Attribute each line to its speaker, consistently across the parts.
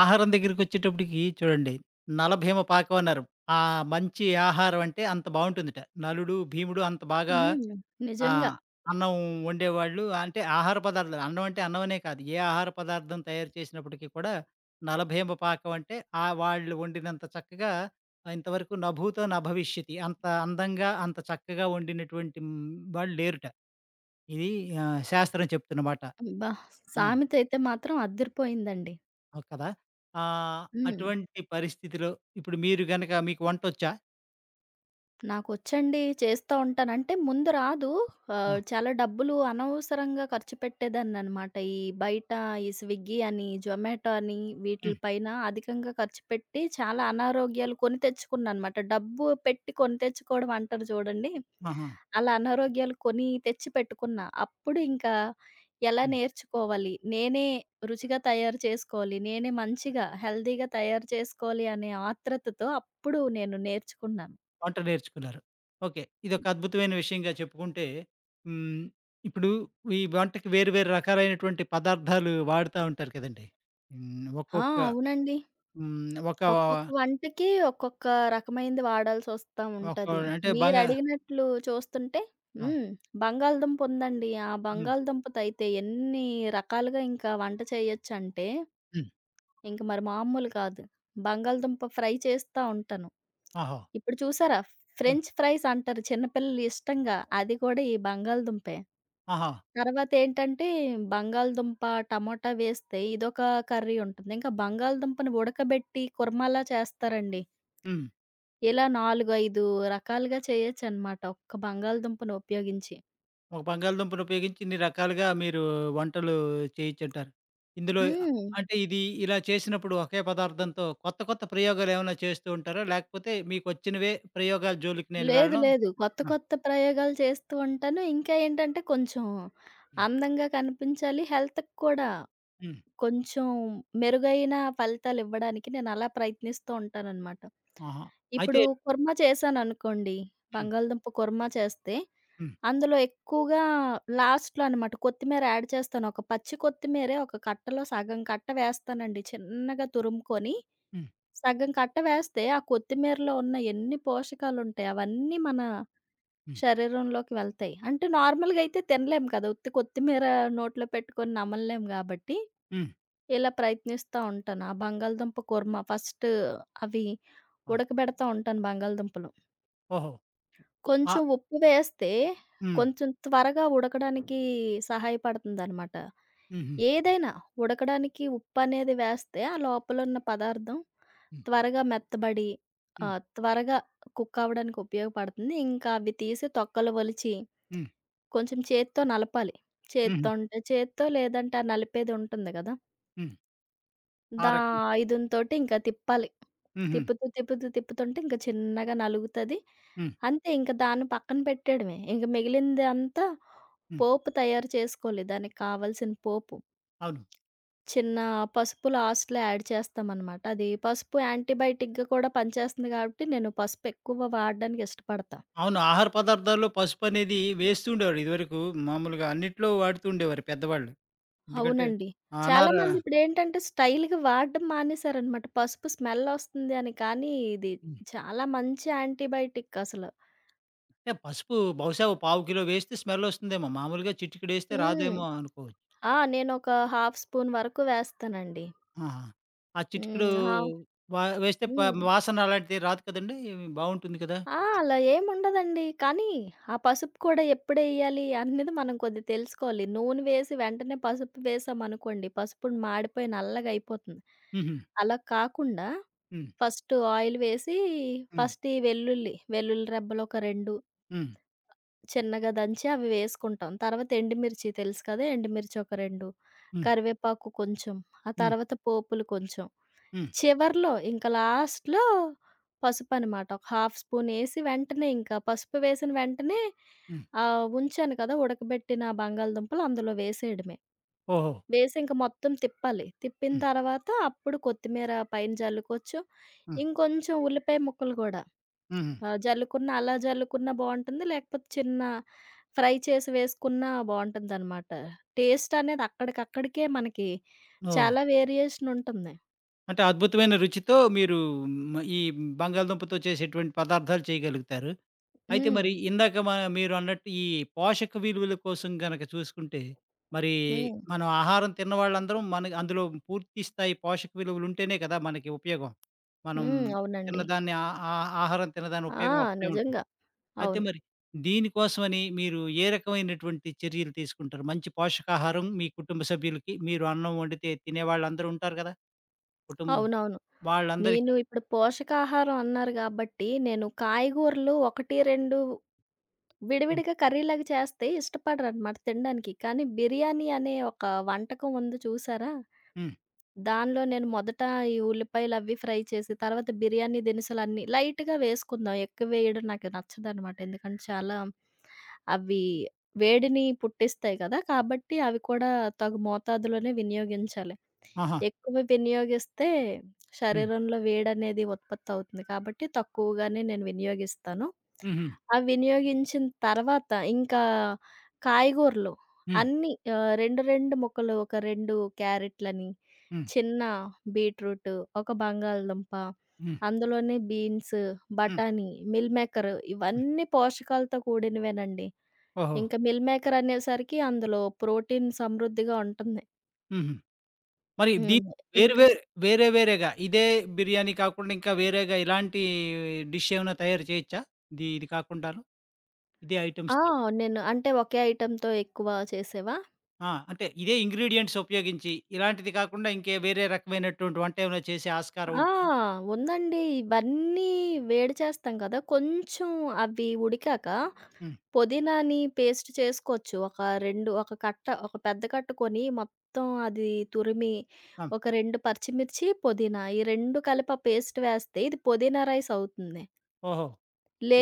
Speaker 1: ఆహారం దగ్గరికొచ్చేటప్పటికి చూడండి, 'నలభీమ పాకం' అన్నారు. ఆ, మంచి ఆహారం అంటే అంత బావుంటుందట. నలుడు, భీముడు అంత బాగా
Speaker 2: హ్మ్. నిజంగా.
Speaker 1: ఆహ్, అన్నం వండేవాళ్ళు. అంటే ఆహార పదార్థాలు అన్నం అంటే అన్నం అనే కాదు. ఏ ఆహార పదార్థం తయారు చేసినప్పటికీ కూడా 'నలభీమ పాకం' అంటే ఆ వాళ్ళు వండినంత చక్కగా ఇంతవరకు 'నభూతో నభవిష్యతి' అంత అందంగా, అంత చక్కగా వండినటువంటి వాళ్ళు లేరుట. ఇది శాస్త్రం చెప్తున్న మాట.
Speaker 2: అబ్బా!
Speaker 1: ఆ!
Speaker 2: సామెత అయితే మాత్రం అదిరిపోయిందండి.
Speaker 1: ఆ! కదా! ఆహ్,
Speaker 2: హ్మ్.
Speaker 1: అటువంటి పరిస్థితిలో ఇప్పుడు మీరు గనక మీకు వంటొచ్చా?
Speaker 2: నాకొచ్చండి. చేస్తా ఉంటాను. అంటే ముందు రాదు.
Speaker 1: ఆ!
Speaker 2: చాలా డబ్బులు అనవసరంగా ఖర్చు పెట్టేదాన్ననమాట. బయట ఈ స్విగ్గీ అని, జొమాటో అని వీటిల
Speaker 1: హ్మ్.
Speaker 2: పైన అధికంగా ఖర్చు పెట్టి చాలా అనారోగ్యాలు కొని తెచ్చుకున్నానమాట. డబ్బు పెట్టి కొని తెచ్చుకోవడం అంటారు చూడండి.
Speaker 1: ఆహా!
Speaker 2: అలా అనారోగ్యాలు కొని తెచ్చి పెట్టుకున్నా. అప్పుడు ఇంకా ఎలా
Speaker 1: హ్మ్.
Speaker 2: నేర్చుకోవాలి, నేనే రుచిగా తయారు చేసుకోవాలి, నేనే మంచిగా హెల్తీగా తయారు చేసుకోవాలి అనే ఆత్రుతతో అప్పుడు నేను నేర్చుకున్నాను.
Speaker 1: వంట నేర్చుకున్నారు. ఓకే. ఇదొక అద్భుతమైన విషయంగా చెప్పుకుంటే హ్మ్. ఇప్పుడు ఈ వంటకి వేరు వేరు రకాలైనటువంటి పదార్థాలు వాడుతా ఉంటారు కదండీ! హ్మ్.
Speaker 2: ఆ!
Speaker 1: ఒక్కొక్క.
Speaker 2: అవునండి.
Speaker 1: హ్మ్. ఒక
Speaker 2: ఒక్కొక్క వంటకి ఒక్కొక్క రకమైనది వాడాల్సొస్తా
Speaker 1: ఒక
Speaker 2: ఉంటది.
Speaker 1: అంటే
Speaker 2: మీరడిగినట్లు చూస్తుంటే
Speaker 1: ఆ!
Speaker 2: హ్మ్. బంగాళదుంపు ఉందండి. ఆ
Speaker 1: హ్మ్.
Speaker 2: బంగాళదుంపతయితే ఎన్ని రకాలుగా ఇంకా వంట చేయొచ్చంటే,
Speaker 1: హ్మ్.
Speaker 2: ఇంక మరి మామూలు కాదు. బంగాళదుంప ఫ్రై చేస్తా ఉంటాను.
Speaker 1: ఆహా!
Speaker 2: ఇప్పుడు చూసారా?
Speaker 1: హ్మ్.
Speaker 2: ఫ్రెంచ్ ఫ్రైస్ అంటారు చిన్న పిల్లలు ఇష్టంగా. అది కూడా ఈ బంగాళదుంపే.
Speaker 1: ఆహా!
Speaker 2: తర్వాతేంటంటే బంగాళదుంప, టమోటా వేస్తే ఇదొక కర్రీ ఉంటుంది. ఇంకా బంగాళదుంపని ఉడకబెట్టి కుర్మాలా చేస్తారండి.
Speaker 1: హ్మ్.
Speaker 2: ఇలా 4, 5 రకాలుగా చేయొచ్చనమాట ఒక్క బంగాళదుంపను ఉపయోగించి.
Speaker 1: ఒక బంగాళదుంపను ఉపయోగించి ఇన్ని రకాలుగా మీరు వంటలు చేయొచ్చంటారు. ఇందులో
Speaker 2: హ్మ్.
Speaker 1: అంటే ఇది ఇలా చేసినప్పుడు ఒకే పదార్థంతో కొత్త కొత్త ప్రయోగాలేమన్నా చేస్తూ ఉంటారా? లేకపోతే మీకొచ్చినవే ప్రయోగాల జోలికి నేను
Speaker 2: లేదు.
Speaker 1: వెళ్ళను.
Speaker 2: లేదు. కొత్త
Speaker 1: ఆ!
Speaker 2: కొత్త ప్రయోగాలు చేస్తూ ఉంటాను. ఇంకా ఏంటంటే కొంచెం
Speaker 1: హ్మ్.
Speaker 2: అందంగా కనిపించాలి. హెల్త్‌కి కూడా
Speaker 1: హ్మ్.
Speaker 2: కొంచెం మెరుగైన ఫలితాలివ్వడానికి నేనలా ప్రయత్నిస్తూ ఉంటాననమాట.
Speaker 1: ఆహా! అయితే
Speaker 2: ఇప్పుడు కుర్మా చేశాననుకోండి,
Speaker 1: హ్మ్.
Speaker 2: బంగాళదుంప కుర్మా చేస్తే,
Speaker 1: హ్మ్.
Speaker 2: అందులో ఎక్కువగా లాస్ట్‌లో అనమాట కొత్తిమీర యాడ్ చేస్తాను. ఒక పచ్చి కొత్తిమీరే ఒక కట్టలో సగం కట్ట వేస్తానండి. చిన్నగా తురుముకొని,
Speaker 1: హ్మ్.
Speaker 2: సగం కట్ట వేస్తే ఆ కొత్తిమీరలో ఉన్న ఎన్ని పోషకాలుంటాయి అవన్నీ మన
Speaker 1: హ్మ్.
Speaker 2: శరీరంలోకి వెళ్తాయి. అంటే నార్మల్‌గా అయితే తినలేం కదా! ఉత్తి కొత్తిమీర నోట్లో పెట్టుకొని నమలలేం గాబట్టి
Speaker 1: హ్మ్.
Speaker 2: ఇలా ప్రయత్నిస్తా ఉంటాను. ఆ బంగాళదుంప కుర్మా ఫస్ట్ అవి
Speaker 1: ఆ!
Speaker 2: ఉడకబెడతా ఉంటాను బంగాళదుంపలు.
Speaker 1: ఓహో! ఆ!
Speaker 2: కొంచెం ఉప్పు వేస్తే
Speaker 1: హ్మ్.
Speaker 2: కొంచెం త్వరగా ఉడకడానికి సహాయపడుతుందనమాట.
Speaker 1: హుహు.
Speaker 2: ఏదైనా ఉడకడానికి ఉప్పనేది వేస్తే ఆ లోపలున్న పదార్థం
Speaker 1: హ్మ్.
Speaker 2: త్వరగా మెత్తబడి
Speaker 1: హ్మ్.
Speaker 2: త్వరగా కుక్ అవ్వడానికి ఉపయోగపడుతుంది. ఇంకా అవి తీసి తొక్కలు ఒలిచి
Speaker 1: హ్మ్.
Speaker 2: కొంచెం చేత్తో నలపాలి. చేత్తో
Speaker 1: హుహు.
Speaker 2: అంటే చేత్తో లేదంటే ఆ నలిపేది ఉంటుంది గదా!
Speaker 1: హ్మ్. ఆ
Speaker 2: దా
Speaker 1: రకం.
Speaker 2: ఐదునితోటి ఇంకా తిప్పాలి.
Speaker 1: హుహు.
Speaker 2: తిప్పుతూ, తిప్పుతూ, తిప్పుతుంటే ఇంక చిన్నగా నలుగుతది.
Speaker 1: హ్మ్.
Speaker 2: అంతే ఇంక దాన్ని పక్కన పెట్టేయడమే. ఇంక మిగిలిందంతా
Speaker 1: హ్మ్.
Speaker 2: పోపు తయారు చేసుకోవాలి. దానికి కావాల్సిన పోపు.
Speaker 1: అవును.
Speaker 2: చిన్న పసుపు లాస్ట్‌లో యాడ్ చేస్తామనమాట. అది పసుపు యాంటీబయాటిక్‌గా కూడా పనిచేస్తుంది కాబట్టి నేను పసుపు ఎక్కువ వాడడానికి ఇష్టపడతా.
Speaker 1: అవును. ఆహార పదార్థాల్లో పసుపనేది వేస్తూ ఉండేవారు ఇదివరకు. మామూలుగా అన్నిట్లో వాడుతూ ఉండేవారు పెద్దవాళ్ళు. ఎందుకంటే
Speaker 2: అవునండి.
Speaker 1: ఆ!
Speaker 2: చాలామంది ఇప్పుడేంటంటే స్టైల్‌గా వాడడం మానేశారనమాట. పసుపు స్మెల్ ఒస్తుంది అని. కానీ ఇది
Speaker 1: హ్మ్.
Speaker 2: చాలా మంచి యాంటీబయాటిక్ అసలు.
Speaker 1: అంటే పసుపు బహుశా ఓ పావు కిలో వేస్తే స్మెల్లొస్తుందేమో! మామూలుగా చిటికెడేస్తే
Speaker 2: హ్మ్.
Speaker 1: రాదేమో అనుకోవచ్చు.
Speaker 2: ఆ! నేనొక హాఫ్ స్పూన్ వరకు వేస్తానండి.
Speaker 1: ఆహా! ఆ చిటికెడు
Speaker 2: హ్మ్. హావ్
Speaker 1: వేస్తే
Speaker 2: హ్మ్.
Speaker 1: వాసన అలాంటిది రాదు కదండీ! బావుంటుంది కదా!
Speaker 2: ఆ! అలా ఏముండదండి. కానీ ఆ పసుపు కూడా ఎప్పుడెయ్యాలి అనేది మనం కొద్దిగా తెలుసుకోవాలి. నూనె వేసి వెంటనే పసుపు వేసామనుకోండి, పసుపును మాడిపోయి నల్లగయిపోతుంది.
Speaker 1: హుహు.
Speaker 2: అలా కాకుండా
Speaker 1: హ్మ్.
Speaker 2: ఫస్ట్ ఆయిల్ వేసి,
Speaker 1: హ్మ్.
Speaker 2: ఫస్ట్ ఈ వెల్లుల్లి రెబ్బలు ఒక 2
Speaker 1: హ్మ్.
Speaker 2: చిన్నగా దంచి అవి వేసుకుంటాం. తర్వాత ఎండుమిర్చి తెలుసు కదా! ఎండుమిర్చి ఒక 2,
Speaker 1: హ్మ్.
Speaker 2: కరివేపాకు కొంచెం, ఆ
Speaker 1: హ్మ్.
Speaker 2: తర్వాత పోపులు కొంచెం.
Speaker 1: హ్మ్.
Speaker 2: చివర్లో ఇంక లాస్ట్‌లో పసుపనమాట. ఒక హాఫ్ స్పూనేసి వెంటనే ఇంకా పసుపు వేసిన వెంటనే
Speaker 1: హ్మ్.
Speaker 2: ఉంచాను కదా! ఉడకబెట్టిన బంగాళదుంపలు అందులో వేసేయడమే.
Speaker 1: ఓహో!
Speaker 2: వేసి ఇంక మొత్తం తిప్పాలి. తిప్పిన
Speaker 1: హ్మ్.
Speaker 2: తర్వాత అప్పుడు కొత్తిమీర పైన జల్లుకోవచ్చు.
Speaker 1: హ్మ్.
Speaker 2: ఇంకొంచెం ఉల్లిపాయ ముక్కలు గూడా
Speaker 1: హుహు.
Speaker 2: ఆహ్, జల్లుకున్న అలా జల్లుకున్నా బావుంటుంది. లేకపోతే చిన్న ఫ్రై చేసి వేసుకున్నా బావుంటుందనమాట. టేస్ట్ అనేది అక్కడికక్కడికే మనకి
Speaker 1: ఓహ్!
Speaker 2: చాలా వేరియేషన్ ఉంటుంది.
Speaker 1: అంటే అద్భుతమైన రుచితో మీరు హ్మ్, ఈ బంగాళదుంపతో చేసేటువంటి పదార్థాలు చేయగలుగుతారు. అయితే
Speaker 2: హ్మ్.
Speaker 1: మరి ఇందాక మ మీరు అన్నట్టు ఈ పోషక విలువల కోసం గనక చూసుకుంటే, మరి
Speaker 2: హ్మ్.
Speaker 1: మనం ఆహారం తిన్న వాళ్ళందరం మన అందులో పూర్తి స్థాయి పోషక విలువలు ఉంటేనే కదా మనకి ఉపయోగం. మనం
Speaker 2: హ్మ్. అవునండి.
Speaker 1: తిన్నదాన్ని ఆ, ఆ, ఆహారం తిన్నదాని
Speaker 2: ఆ!
Speaker 1: ఉపయోగం అప్పుడే ఉంటుంది.
Speaker 2: నిజంగా.
Speaker 1: అయితే
Speaker 2: అవును.
Speaker 1: మరి దీనికోసమని మీరు ఏ రకమైనటువంటి చర్యలు తీసుకుంటారు? మంచి పోషకాహారం మీ కుటుంబ సభ్యులకి మీరు అన్నం వండితే తినేవాళ్ళందరూ ఉంటారు కదా! కుటుం
Speaker 2: అవునవును.
Speaker 1: వాళ్ళందరికీ.
Speaker 2: నేను ఇప్పుడు పోషకాహారం అన్నారు గాబట్టి, నేను కాయగూరలు 1, 2
Speaker 1: హ్మ్.
Speaker 2: విడివిడిగా కర్రీలాగా చేస్తే ఇష్టపడరనమాట తినడానికి. కానీ బిర్యానీ అనే ఒక వంటకం ఉంది చూసారా?
Speaker 1: హ్మ్.
Speaker 2: దానిలో నేను మొదట ఈ ఉల్లిపాయలవి ఫ్రై చేసి, తర్వాత బిర్యానీ దినుసులన్నీ లైట్‌గా వేసుకుందాం. ఎక్కువ వేయడం నాకు నచ్చదనమాట. ఎందుకంటే చాలా అవి వేడిని పుట్టిస్తాయి గదా! కాబట్టి అవి కూడా తగు మోతాదులోనే వినియోగించాలి.
Speaker 1: ఆహా!
Speaker 2: ఎక్కువ వినియోగిస్తే
Speaker 1: హ్మ్.
Speaker 2: శరీరంలో వేడనేది ఉత్పత్తవుతుంది కాబట్టి తక్కువగానే నేను వినియోగిస్తాను.
Speaker 1: హుహు.
Speaker 2: ఆ వినియోగించిన తర్వాత ఇంకా కాయగూరలు
Speaker 1: హ్మ్.
Speaker 2: అన్నీ 2, 2 ముక్కలు ఒక 2 క్యారెట్‌లని,
Speaker 1: హ్మ్.
Speaker 2: చిన్న బీట్రూటు, ఒక బంగాళదుంప,
Speaker 1: హ్మ్.
Speaker 2: అందులోనే బీన్స్,
Speaker 1: హ్మ్.
Speaker 2: బఠానీ, మిల్ మేకర్
Speaker 1: హ్మ్.
Speaker 2: ఇవన్నీ పోషకాలతో కూడినవేనండి.
Speaker 1: ఓహో!
Speaker 2: ఇంకా మిల్ మేకర్ అనేసరికి అందులో ప్రోటీన్ సమృద్ధిగా ఉంటుంది.
Speaker 1: హుహు. మరి దీని
Speaker 2: హ్మ్.
Speaker 1: వేరు
Speaker 2: ఇంక
Speaker 1: వేరు, వేరే వేరేగా ఇదే బిర్యానీ కాకుండా ఇంకా వేరేగా ఇలాంటి డిష్ ఏమైనా తయారు చేయొచ్చా? ఇది ఇది కాకుండాను. ఇదే
Speaker 2: ఆ!
Speaker 1: ఐటెమ్స్ తోటి.
Speaker 2: నేను అంటే ఒకే ఐటెమ్‌తో ఎక్కువ చేసేవా?
Speaker 1: ఆ! అంటే ఇదే ఇంగ్రీడియెంట్స్ ఉపయోగించి ఇలాంటిది కాకుండా ఇంకే వేరే రకమైనటువంటి వంట ఏమైనా చేసే ఆస్కారం
Speaker 2: ఆ!
Speaker 1: ఉంటుంది.
Speaker 2: ఉందండి. ఇవన్నీ వేడి చేస్తాం కదా! కొంచెం అవి ఉడికాక
Speaker 1: హ్మ్.
Speaker 2: పుదీనాని పేస్ట్ చేసుకోవచ్చు. ఒక పెద్ద కట్ట కొని మొత్తం అది తురిమి
Speaker 1: ఆ!
Speaker 2: ఒక 2 పచ్చిమిర్చి, పుదీనా ఈ 2 కలిపి ఆ పేస్ట్ వేస్తే ఇది పుదీనా రైస్ అవుతుంది.
Speaker 1: ఓహో!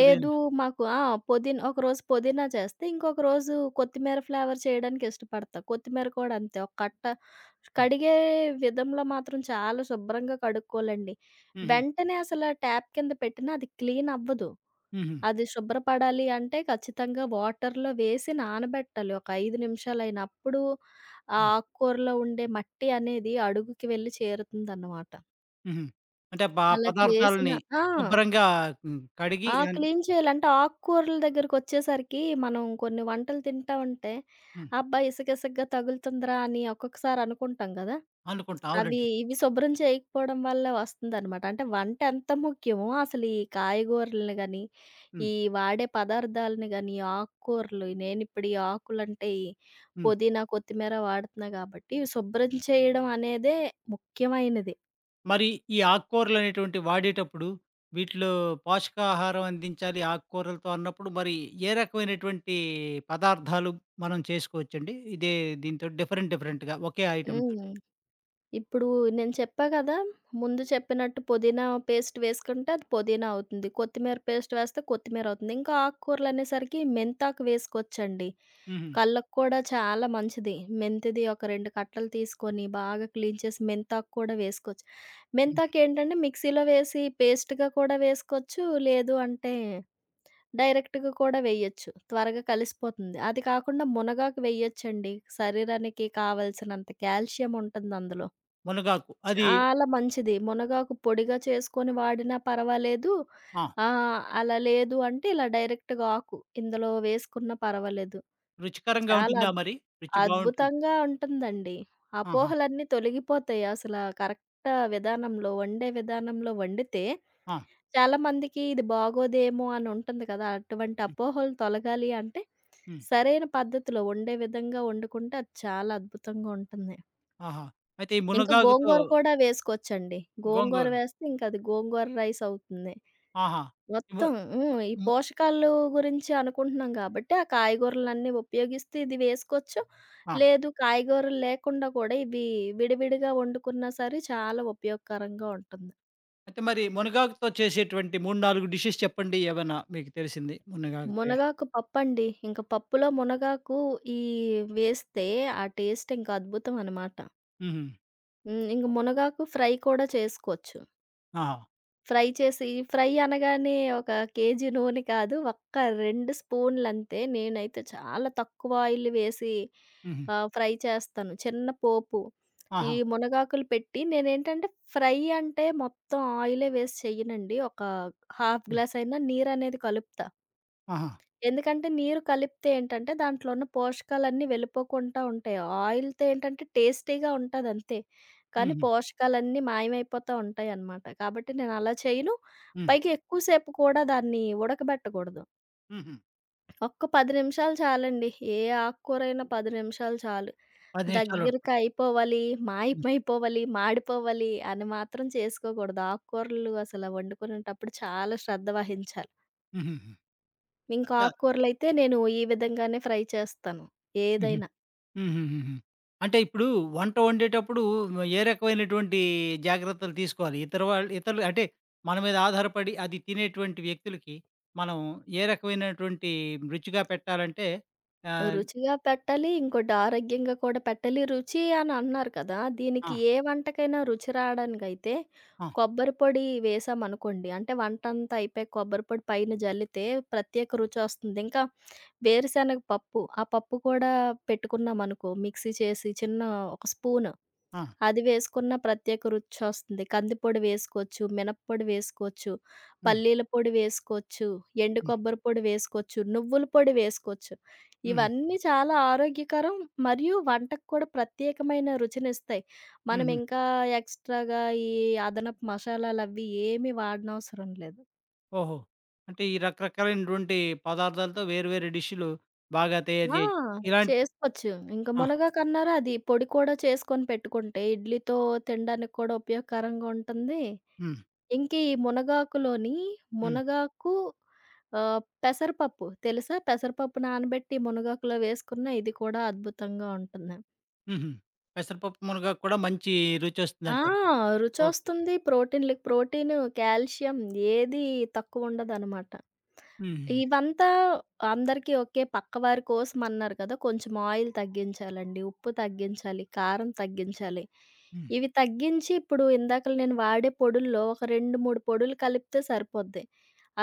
Speaker 1: ఉదయం.
Speaker 2: మాకు ఆ! పుదీనా చేస్తే, ఇంకొక రోజు కొత్తిమీర ఫ్లేవర్ చేయడానికి ఇష్టపడతా. కొత్తిమీర కూడా అంతే. ఒక కట్ట
Speaker 1: హ్మ్.
Speaker 2: కడిగే విధంలో మాత్రం చాలా శుభ్రంగా కడుక్కోవాలండి.
Speaker 1: హుహు.
Speaker 2: వెంటనే అసల ట్యాప్ కింద పెట్టినా అది క్లీన్ అవ్వదు.
Speaker 1: హుహు.
Speaker 2: అది శుభ్రపడాలి అంటే ఖచ్చితంగా వాటర్‌లో వేసి నానబెట్టాలి. ఒక 5 నిమిషాలైనా. అప్పుడు ఆ
Speaker 1: హ్మ్.
Speaker 2: ఆకుకూరలో ఉండే మట్టి అనేది అడుగుకి వెళ్లి చేరుతుందన్నమాట.
Speaker 1: హుహు. అంటే
Speaker 2: అలా చేసిన
Speaker 1: పదార్థాలని
Speaker 2: ఆ!
Speaker 1: శుభ్రంగా హ్మ్, కడిగి
Speaker 2: ఆ! క్లీన్ చేయాలి. అంటే ఆకుకూరల దగ్గరకొచ్చేసరికి మనం కొన్ని వంటలు తింటా ఉంటే,
Speaker 1: హ్మ్.
Speaker 2: అబ్బా! ఇసకిసగ్గా తగులుతుందిరా అని ఒక్కొక్కసారి అనుకుంటాం గదా!
Speaker 1: అనుకుంటా.
Speaker 2: అవి
Speaker 1: అవునండి.
Speaker 2: ఇవి శుభ్రం చేయకపోవడం వల్ల వస్తుందనమాట. అంటే వంట ఎంత ముఖ్యమో అసలు ఈ కాయగూరలని గాని,
Speaker 1: హ్మ్.
Speaker 2: ఈ వాడే పదార్థాలని గాని, ఆకుకూరలు నేనిప్పుడు ఈ ఆకులంటే ఈ
Speaker 1: హ్మ్.
Speaker 2: పుదీనా, కొత్తిమీర వాడుతున్నా గాబట్టి, శుభ్రం చేయడం అనేదే ముఖ్యమైనది.
Speaker 1: మరి ఈ ఆకుకూరలనేటువంటివి వాడేటప్పుడు వీటిలో పోషకాహారం అందించాలి ఆకుకూరలతో అన్నప్పుడు, మరి ఏ రకమైనటువంటి పదార్థాలు మనం చేసుకోవచ్చండి? ఇదే దీనితోటి డిఫరెంట్ డిఫరెంట్‌గా ఒకే ఐటెమ్‌తోటి?
Speaker 2: హ్మ్. ఇప్పుడు నేను చెప్పా కదా! ముందు చెప్పినట్టు పుదీనా పేస్ట్ వేసుకుంటే అది పుదీనా అవుతుంది. కొత్తిమీర పేస్ట్ వేస్తే కొత్తిమీర అవుతుంది. ఇంకా ఆకుకూరలనేసరికి మెంతాకు వేసుకోవచ్చండి.
Speaker 1: హుహు.
Speaker 2: కళ్ళకి కూడా చాలా మంచిది. మెంతిది ఒక 2 కట్టలు తీసుకొని బాగా క్లీన్ చేసి మెంతాకు కూడా వేసుకోవచ్చు.
Speaker 1: హ్మ్.
Speaker 2: మెంతాకేంటంటే మిక్సీలో వేసి పేస్ట్‌గా కూడా వేసుకోవచ్చు. లేదు అంటే డైరెక్ట్‌గా కూడా వేయొచ్చు. త్వరగా కలిసిపోతుంది. అది కాకుండా మునగాకు వేయొచ్చండి. శరీరానికి కావాల్సినంత కాల్షియం ఉంటుందందులో.
Speaker 1: మునగాకు అది
Speaker 2: చాలా మంచిది. మునగాకు పొడిగా చేసుకొని వాడినా పర్వాలేదు.
Speaker 1: ఆ!
Speaker 2: అలా లేదు అంటే ఇలా డైరెక్ట్‌గా ఆకు ఇందులో వేసుకున్నా పర్వాలేదు.
Speaker 1: రుచికరంగా
Speaker 2: చాలా
Speaker 1: ఉంటుందా
Speaker 2: అద్
Speaker 1: మరి? రుచి బావుంటుంది.
Speaker 2: అద్భుతంగా ఉంటుందండి.
Speaker 1: ఆహా!
Speaker 2: అపోహలన్నీ తొలగిపోతాయి అసల కరెక్ట్ విధానంలో, వండే విధానంలో వండితే
Speaker 1: ఆ!
Speaker 2: చాలామందికి ఇది బాగోదేమో అని ఉంటుంది కదా! అటువంటి
Speaker 1: హ్మ్.
Speaker 2: అపోహలు తొలగాలి అంటే
Speaker 1: హ్మ్.
Speaker 2: సరైన పద్ధతిలో వండే విధంగా వండుకుంటే అది చాలా అద్భుతంగా ఉంటుంది.
Speaker 1: ఆహా! అయితే ఈ
Speaker 2: ఇంకా
Speaker 1: మునగాకుతో
Speaker 2: గోంగూర కూడా వేసుకోవచ్చండి. గోంగూర
Speaker 1: గోంగూర.
Speaker 2: వేస్తే ఇంకది గోంగూర రైస్ అవుతుంది.
Speaker 1: ఆహా! ఇవ
Speaker 2: మొత్తం హ్మ్. ఈ
Speaker 1: ము
Speaker 2: పోషకాలు గురించి అనుకుంటున్నాం గాబట్టి, ఆ కాయగూరలన్నీ ఉపయోగిస్తూ ఇది వేసుకోవచ్చు.
Speaker 1: ఆ!
Speaker 2: లేదు కాయగూరలు లేకుండా కూడా ఇవి విడివిడిగా వండుకున్నా సరే చాలా ఉపయోగకరంగా ఉంటుంది.
Speaker 1: అయితే మరి మునగాకుతో చేసేటువంటి 3, 4 డిషెస్ చెప్పండి ఏవైనా మీకు తెలిసింది మునగాకుతే?
Speaker 2: మునగాకు పప్పండి. ఇంక పప్పులో మునగాకు ఈ వేస్తే ఆ టేస్ట్ ఇంకా అద్భుతం అనమాట.
Speaker 1: హుహు.
Speaker 2: హ్మ్. ఇంక మునగాకు ఫ్రై కూడా చేసుకోవచ్చు.
Speaker 1: ఆహా!
Speaker 2: ఫ్రై అనగానే ఒక కేజీ నూనె కాదు. ఒక్క 2 స్పూన్‌లంతే. నేనైతే చాలా తక్కువ ఆయిల్ వేసి
Speaker 1: హుహు.
Speaker 2: ఫ్రై చేస్తాను. చిన్న పోపు. ఈ
Speaker 1: ఆహా!
Speaker 2: మునగాకులు పెట్టి నేనేంటంటే ఫ్రై అంటే మొత్తం ఆయిలే వేసి చెయ్యనండి. ఒక హాఫ్
Speaker 1: హ్మ్.
Speaker 2: గ్లాస్ అయినా నీరనేది కలుపుతా.
Speaker 1: ఆహా!
Speaker 2: ఎందుకంటే నీరు కలిపితే ఏంటంటే, దాంట్లో ఉన్న పోషకాలన్నీ వెళ్ళిపోకుండా ఉంటాయి. ఆయిల్‌తో ఏంటంటే టేస్టీగా ఉంటదంతే. కానీ
Speaker 1: హుహు.
Speaker 2: పోషకాలన్నీ మాయమైపోతా ఉంటాయనమాట. కాబట్టి నేను అలా చేయను.
Speaker 1: హ్మ్.
Speaker 2: పైగా ఎక్కువ సేపు కూడా దాన్ని ఉడకబెట్టకూడదు.
Speaker 1: హుహు.
Speaker 2: ఒక్క 10 నిమిషాలు చాలండి. ఏ ఆకుకూరైనా 10 నిమిషాలు చాలు.
Speaker 1: 10 నిమిషాలు
Speaker 2: దగ్గరికి
Speaker 1: ఉడకబెట్టాలి.
Speaker 2: అయిపోవాలి,
Speaker 1: హ్మ్.
Speaker 2: మాయమైపోవాలి, మాడిపోవాలి అని మాత్రం చేసుకోకూడదు. ఆకుకూరలు అసల వండుకునేటప్పుడు చాలా శ్రద్ధ వహించాలి.
Speaker 1: హుహుహు.
Speaker 2: ఇంకా
Speaker 1: అట్లా
Speaker 2: ఆకుకూరలైతే నేను ఈ విధంగానే ఫ్రై చేస్తాను.
Speaker 1: హుహు.
Speaker 2: ఏదైనా
Speaker 1: హుహుహుహు. అంటే ఇప్పుడు వంట వండేటప్పుడు ఏ రకమైనటువంటి జాగ్రత్తలు తీసుకోవాలి? ఇతర వాళ్ళు, ఇతరులు అంటే మన మీద ఆధారపడి అది తినేటువంటి వ్యక్తులకి మనం ఏ రకమైనటువంటి రుచిగా పెట్టాలంటే ఆహ్,
Speaker 2: రుచిగా పెట్టాలి, ఇంకోటి ఆరోగ్యంగా కూడా పెట్టాలి. రుచి అని అన్నారు కదా! దీనికి
Speaker 1: ఆ!
Speaker 2: ఏ వంటకైనా రుచి రావడానికైతే
Speaker 1: ఆ!
Speaker 2: కొబ్బరి పొడి వేసామనుకోండి, అంటే వంటంతా అయిపోయాక కొబ్బరి పొడి పైన జల్లితే ప్రత్యేక రుచొస్తుంది. ఇంకా వేరుశనగ పప్పు, ఆ పప్పు కూడా పెట్టుకున్నామనుకో మిక్సీ చేసి చిన్న ఒక స్పూను
Speaker 1: ఆ!
Speaker 2: అది వేసుకున్న ప్రత్యేక రుచొస్తుంది. కందిపొడి వేసుకోవచ్చు, మినప్పొడి వేసుకోవచ్చు,
Speaker 1: హ్మ్.
Speaker 2: పల్లీల పొడి వేసుకోవచ్చు, ఎండు
Speaker 1: హ్మ్.
Speaker 2: కొబ్బరి పొడి వేసుకోవచ్చు, నువ్వుల పొడి వేసుకోవచ్చు.
Speaker 1: హుహు.
Speaker 2: ఇవన్నీ చాలా ఆరోగ్యకరం. మరియు వంటకు కూడా ప్రత్యేకమైన రుచినిస్తాయి. మనం
Speaker 1: హుహు.
Speaker 2: ఇంకా ఎక్స్‌ట్రాగా ఈ అదనపు మసాలాలవి ఏమి వాడనవసరం లేదు.
Speaker 1: ఓహో! అంటే ఈ రకరకాలైనటువంటి పదార్థాలతో వేరు వేరు డిష్‌లు బాగా తయారు
Speaker 2: ఆ!
Speaker 1: చేయొచ్చు. ఇలాంటి
Speaker 2: చేసుకోవచ్చు. ఇంక
Speaker 1: ఆ!
Speaker 2: మునగాకన్నారు అది పొడి కూడా చేసుకొని పెట్టుకుంటే ఇడ్లీతో తినడానికి కూడా ఉపయోగకరంగా ఉంటుంది.
Speaker 1: హ్మ్.
Speaker 2: ఇంక ఈ మునగాకులోని
Speaker 1: హ్మ్.
Speaker 2: మునగాకు పెసరపప్పు తెలుసా? పెసరపప్పు నానబెట్టి మునగాకులో వేసుకున్న ఇది కూడా అద్భుతంగా ఉంటుంది.
Speaker 1: హుహు. పెసరపప్పు మునగాకు కూడా మంచి
Speaker 2: ఆ!
Speaker 1: రుచొస్తుందంటారు. ఓకే.
Speaker 2: రుచొస్తుంది. ప్రోటీన్‌లకి ప్రోటీను, కాల్షియం ఏది తక్కువుండదనమాట.
Speaker 1: హుహు.
Speaker 2: ఇవంతా అందరికీ ఓకే. పక్కవారి కోసం అన్నారు కదా! కొంచెం ఆయిల్ తగ్గించాలండి, ఉప్పు తగ్గించాలి, కారం తగ్గించాలి.
Speaker 1: హ్మ్.
Speaker 2: ఇవి తగ్గించి ఇప్పుడు ఇందాకల నేను వాడే పొడుల్లో ఒక 2, 3 పొడులు కలిపితే సరిపోద్ది.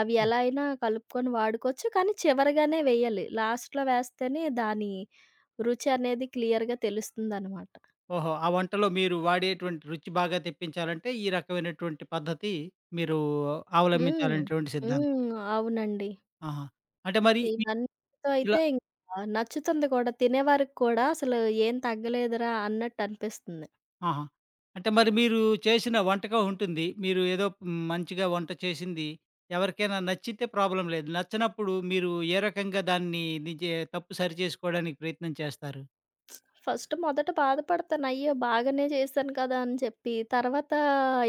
Speaker 2: అవి
Speaker 1: హ్మ్.
Speaker 2: ఎలా అయినా కలుపుకొని వాడుకోవచ్చు. కానీ చివరగానే వేయాలి. లాస్ట్‌లో వేస్తేనే దాని రుచి అనేది క్లియర్‌గా తెలుస్తుందనమాట.
Speaker 1: ఓహో! ఆ వంటలో మీరు వాడేటువంటి రుచి బాగా తెప్పించాలంటే ఈ రకమైనటువంటి పద్ధతి మీరు
Speaker 2: హ్మ్.
Speaker 1: అవలంబించాలనేటువంటి సిద్ధాంతం.
Speaker 2: హ్మ్. అవునండి.
Speaker 1: ఆహా! అంటే మరి మీ
Speaker 2: ఇవన్నీతో
Speaker 1: ఇలా.
Speaker 2: అయితే ఇంకా నచ్చుతుంది కూడా. తినేవారికి కూడా అసలు ఏం తగ్గలేదురా అన్నట్టు అనిపిస్తుంది.
Speaker 1: ఆహా! అంటే మరి మీరు చేసిన వంటకం ఉంటుంది. మీరు ఏదో మంచిగా వంట చేసింది ఎవరికైనా నచ్చితే ప్రాబ్లమ్ లేదు. నచ్చనప్పుడు మీరు ఏ రకంగా దాన్ని నిజే తప్పు సరిచేసుకోవడానికి ప్రయత్నం చేస్తారు?
Speaker 2: మొదట బాధపడతాను. అయ్యో! బాగానే చేశాను కదా అని చెప్పి. తర్వాత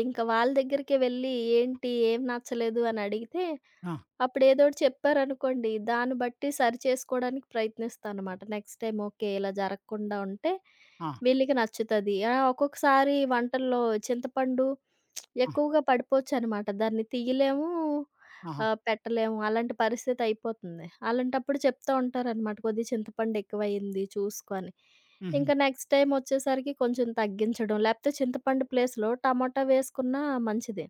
Speaker 2: ఇంకా వాళ్ళ దగ్గరికే వెళ్ళి ఏం నచ్చలేదు అని అడిగితే
Speaker 1: ఆ!
Speaker 2: అప్పుడేదోటి చెప్పారనుకోండి, దాన్ని బట్టి సరి చేసుకోడానికి ప్రయత్నిస్తానమాట. Next time okay. ఇలా జరగకుండా ఉంటే
Speaker 1: ఆ!
Speaker 2: వీళ్ళకి నచ్చుతది. ఒక్కొక్కసారి వంటల్లో చింతపండు
Speaker 1: ఆ!
Speaker 2: ఎక్కువగా పడిపోవచ్చనమాట. దాన్ని తీయలేము,
Speaker 1: ఆహా!
Speaker 2: పెట్టలేము. అలాంటి పరిస్థితి అయిపోతుంది. అలాంటప్పుడు చెప్తా ఉంటారనమాట. కొద్దిగా చింతపండు ఎక్కువయింది చూసుకో అని.
Speaker 1: హుహు.
Speaker 2: ఇంకా నెక్స్ట్ టైమ్ వచ్చేసరికి కొంచెం తగ్గించడం, లేకపోతే చింతపండు ప్లేస్‌లో టమాటా వేసుకున్నా మంచిదే.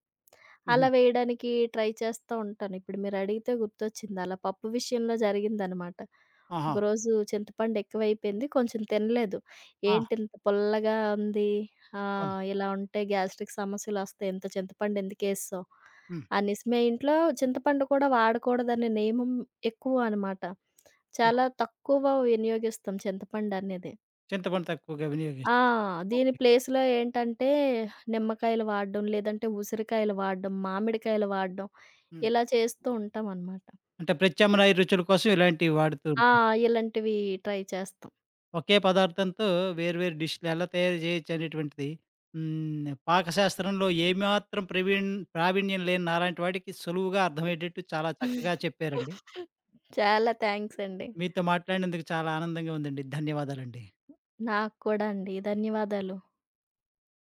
Speaker 2: అలా
Speaker 1: హుహు.
Speaker 2: వేయడానికి ట్రై చేస్తా ఉంటాను. ఇప్పుడు మీరడిగితే గుర్తొచ్చింది. అలా పప్పు విషయంలో జరిగిందనమాట.
Speaker 1: ఆహా!
Speaker 2: ఒకరోజు చింతపండు ఎక్కువైపోయింది. కొంచెం తినలేదు.
Speaker 1: ఆ!
Speaker 2: ఏంటింత పుల్లగా ఉంది.
Speaker 1: అవును.
Speaker 2: ఇలా ఉంటే గ్యాస్ట్రిక్ సమస్యలొస్తాయి. ఇంత చింతపండు ఎందుకేసావు?
Speaker 1: హ్మ్.
Speaker 2: అనేసి మే ఇంట్లో చింతపండు కూడా వాడకూడదనే నియమం ఎక్కువ అనమాట.
Speaker 1: ఓహో!
Speaker 2: చాలా తక్కువ వినియోగిస్తాం చింతపండనేది.
Speaker 1: చింతపండు తక్కువగా
Speaker 2: ఆ!
Speaker 1: వినియోగిస్తారు.
Speaker 2: దీని
Speaker 1: ఓకే.
Speaker 2: ప్లేస్‌లో ఏంటంటే నిమ్మకాయలు వాడడం, లేదంటే ఉసిరికాయలు వాడడం, మామిడికాయలు వాడడం
Speaker 1: హ్మ్.
Speaker 2: ఇలా చేస్తూ ఉంటామనమాట.
Speaker 1: అంటే ప్రత్యామ్నాయ రుచుల కోసం ఇలాంటివి వాడుతూ
Speaker 2: ఆ!
Speaker 1: ఉంటారు.
Speaker 2: ఇలాంటివి ట్రై చేస్తాం.
Speaker 1: ఒకే పదార్థంతో వేర్వేరు డిష్‌లు ఎలా తయారు చేయొచ్చనేటువంటిది హ్మ్. పాకశాస్త్రంలో ఏమాత్రం ప్రావీణ్యం లేని నాలాంటి వాడికి సులువుగా అర్థమయ్యేటట్టు చాలా చక్కగా చెప్పారండి.
Speaker 2: చాలా థాంక్స్ అండి.
Speaker 1: మీతో మాట్లాడినందుకు చాలా ఆనందంగా ఉందండి. ధన్యవాదాలండి.
Speaker 2: నాకు కూడా అండి. ధన్యవాదాలు.